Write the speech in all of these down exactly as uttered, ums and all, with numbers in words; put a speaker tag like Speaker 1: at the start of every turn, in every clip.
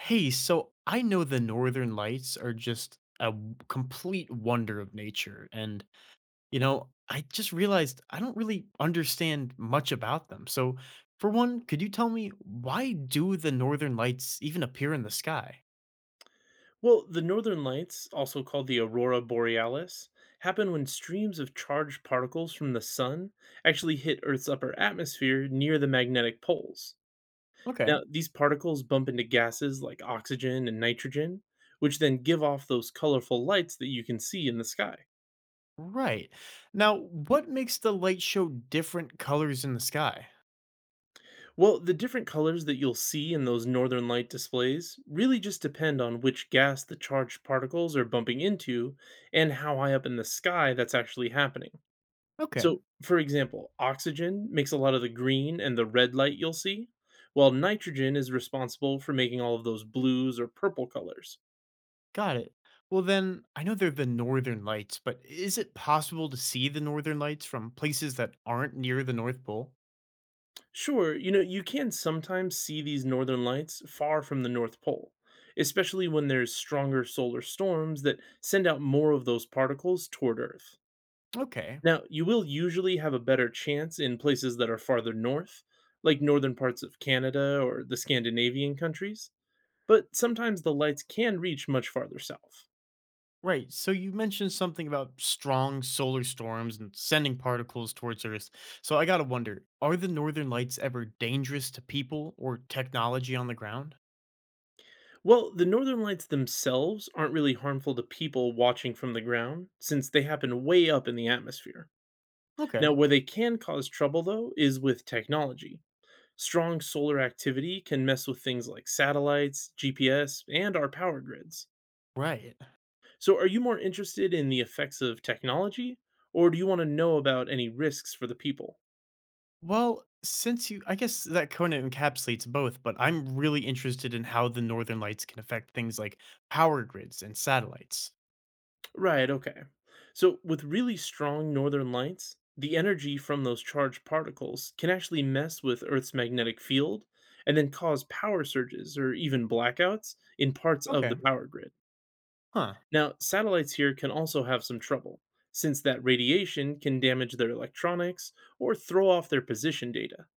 Speaker 1: Hey, so I know the Northern Lights are just a w- complete wonder of nature. And, you know, I just realized I don't really understand much about them. So, for one, could you tell me, why do the Northern Lights even appear in the sky?
Speaker 2: Well, the northern lights, also called the aurora borealis, happen when streams of charged particles from the sun actually hit Earth's upper atmosphere near the magnetic poles.
Speaker 1: Okay,
Speaker 2: Now, these particles bump into gases like oxygen and nitrogen, which then give off those colorful lights that you can see in the sky.
Speaker 1: right. Now, what makes the light show different colors in the sky?
Speaker 2: Well, the different colors that you'll see in those northern light displays really just depend on which gas the charged particles are bumping into and how high up in the sky that's actually happening.
Speaker 1: Okay,
Speaker 2: So, for example, oxygen makes a lot of the green and the red light you'll see, while nitrogen is responsible for making all of those blues or purple colors.
Speaker 1: got it. Well, then, I know they're the Northern Lights, but is it possible to see the Northern Lights from places that aren't near the North Pole?
Speaker 2: Sure, you know, you can sometimes see these northern lights far from the North Pole, especially when there's stronger solar storms that send out more of those particles toward Earth.
Speaker 1: Okay,
Speaker 2: Now, you will usually have a better chance in places that are farther north, like northern parts of Canada or the Scandinavian countries but sometimes the lights can reach much farther south.
Speaker 1: right. So you mentioned something about strong solar storms and sending particles towards Earth. So I gotta wonder, are the northern lights ever dangerous to people or technology on the ground?
Speaker 2: Well, the northern lights themselves aren't really harmful to people watching from the ground, since they happen way up in the atmosphere.
Speaker 1: Okay.
Speaker 2: Now, where they can cause trouble, though, is with technology. Strong solar activity can mess with things like satellites, G P S, and our power grids.
Speaker 1: Right.
Speaker 2: So, are you more interested in the effects of technology, or do you want to know about any risks for the people?
Speaker 1: Well, since you, I guess that kind of encapsulates both, but I'm really interested in how the northern lights can affect things like power grids and satellites.
Speaker 2: Right, okay. So, with really strong northern lights, the energy from those charged particles can actually mess with Earth's magnetic field and then cause power surges or even blackouts in parts of the
Speaker 1: Okay.
Speaker 2: power grid.
Speaker 1: Huh.
Speaker 2: Now, satellites here can also have some trouble, since that radiation can damage their electronics or throw off their position data.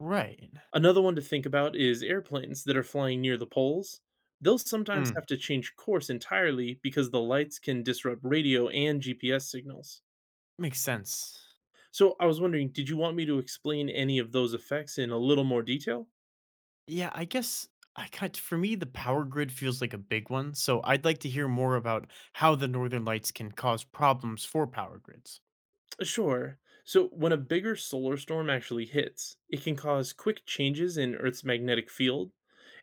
Speaker 1: Right.
Speaker 2: Another one to think about is airplanes that are flying near the poles. They'll sometimes
Speaker 1: Hmm.
Speaker 2: have to change course entirely because the lights can disrupt radio and G P S signals.
Speaker 1: Makes sense.
Speaker 2: So, I was wondering, did you want me to explain any of those effects in a little more detail?
Speaker 1: Yeah, I guess I got, for me the power grid feels like a big one, so I'd like to hear more about how the northern lights can cause problems for power grids.
Speaker 2: Sure. So, when a bigger solar storm actually hits, it can cause quick changes in Earth's magnetic field,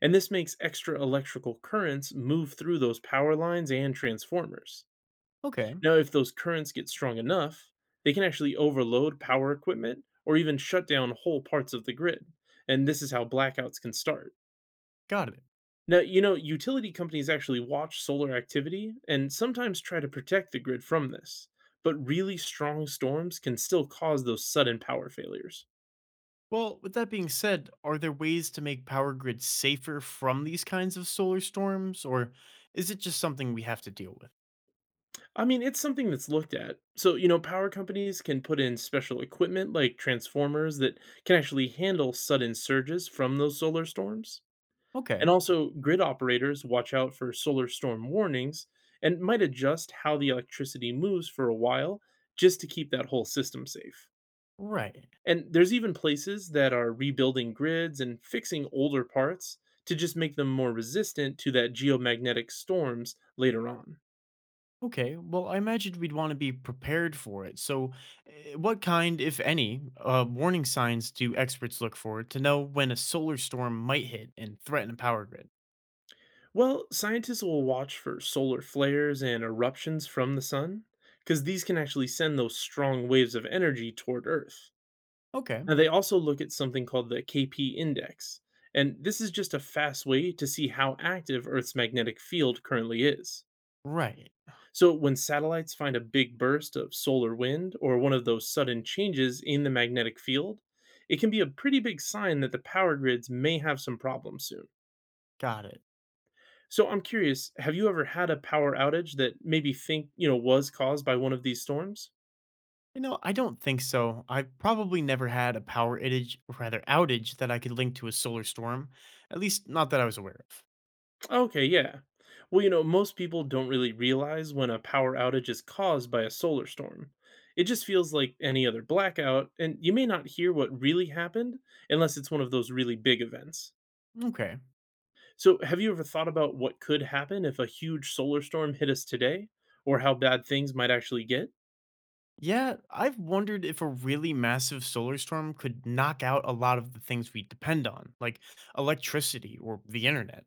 Speaker 2: and this makes extra electrical currents move through those power lines and transformers.
Speaker 1: Okay,
Speaker 2: Now, if those currents get strong enough, they can actually overload power equipment or even shut down whole parts of the grid. And this is how blackouts can start.
Speaker 1: got it.
Speaker 2: Now, you know, utility companies actually watch solar activity and sometimes try to protect the grid from this. But really strong storms can still cause those sudden power failures.
Speaker 1: Well, with that being said, are there ways to make power grids safer from these kinds of solar storms, or is it just something we have to deal with?
Speaker 2: I mean, it's something that's looked at. So, you know, power companies can put in special equipment like transformers that can actually handle sudden surges from those solar storms.
Speaker 1: Okay,
Speaker 2: And also, grid operators watch out for solar storm warnings and might adjust how the electricity moves for a while just to keep that whole system safe.
Speaker 1: right.
Speaker 2: And there's even places that are rebuilding grids and fixing older parts to just make them more resistant to that geomagnetic storms later on.
Speaker 1: Okay, well, I imagined we'd want to be prepared for it. So, eh, what kind, if any, uh, warning signs do experts look for to know when a solar storm might hit and threaten a power grid?
Speaker 2: Well, scientists will watch for solar flares and eruptions from the sun because these can actually send those strong waves of energy toward Earth.
Speaker 1: Okay,
Speaker 2: Now, they also look at something called the K P index, and this is just a fast way to see how active Earth's magnetic field currently is.
Speaker 1: right,
Speaker 2: So, when satellites find a big burst of solar wind or one of those sudden changes in the magnetic field, it can be a pretty big sign that the power grids may have some problems soon.
Speaker 1: got it.
Speaker 2: So, I'm curious, have you ever had a power outage that maybe think, you know, was caused by one of these storms?
Speaker 1: You know, I don't think so. I've probably never had a power outage, or rather outage, that I could link to a solar storm. At least, not that I was aware of.
Speaker 2: Okay, yeah. Well, you know, most people don't really realize when a power outage is caused by a solar storm. It just feels like any other blackout, and you may not hear what really happened unless it's one of those really big events.
Speaker 1: Okay.
Speaker 2: So, have you ever thought about what could happen if a huge solar storm hit us today, or how bad things might actually get?
Speaker 1: Yeah, I've wondered if a really massive solar storm could knock out a lot of the things we depend on, like electricity or the internet.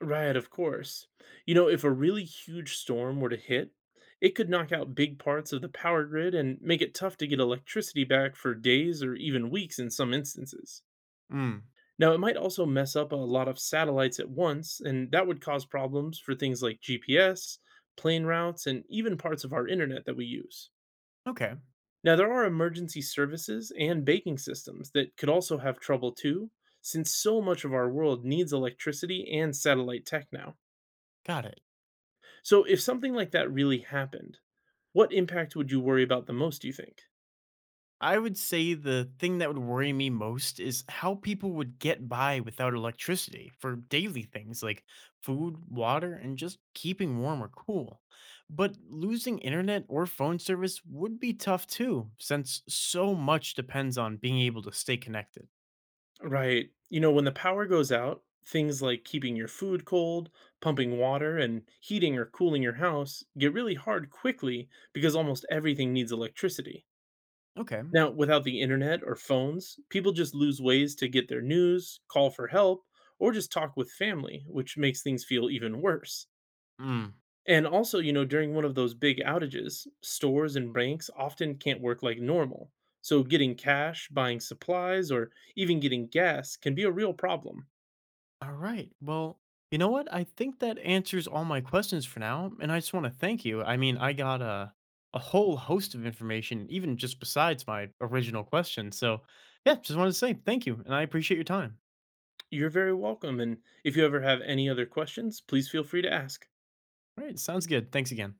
Speaker 2: Right, of course. You know, if a really huge storm were to hit, it could knock out big parts of the power grid and make it tough to get electricity back for days or even weeks in some instances.
Speaker 1: Mm.
Speaker 2: Now, it might also mess up a lot of satellites at once, and that would cause problems for things like G P S, plane routes, and even parts of our internet that we use.
Speaker 1: Okay.
Speaker 2: Now, there are emergency services and banking systems that could also have trouble too, since so much of our world needs electricity and satellite tech now.
Speaker 1: Got it.
Speaker 2: So if something like that really happened, what impact would you worry about the most, do you think?
Speaker 1: I would say the thing that would worry me most is how people would get by without electricity for daily things like food, water, and just keeping warm or cool. But losing internet or phone service would be tough too, since so much depends on being able to stay connected.
Speaker 2: Right. You know, when the power goes out, things like keeping your food cold, pumping water, and heating or cooling your house get really hard quickly because almost everything needs electricity.
Speaker 1: Okay.
Speaker 2: Now, without the internet or phones, people just lose ways to get their news, call for help, or just talk with family, which makes things feel even worse.
Speaker 1: Mm.
Speaker 2: And also, you know, during one of those big outages, stores and banks often can't work like normal. So, getting cash, buying supplies, or even getting gas can be a real problem.
Speaker 1: All right. Well, you know what? I think that answers all my questions for now, and I just want to thank you. I mean, I got a a whole host of information, even just besides my original question. So, yeah, just wanted to say thank you, and I appreciate your time.
Speaker 2: You're very welcome. And if you ever have any other questions, please feel free to ask.
Speaker 1: All right, sounds good. Thanks again.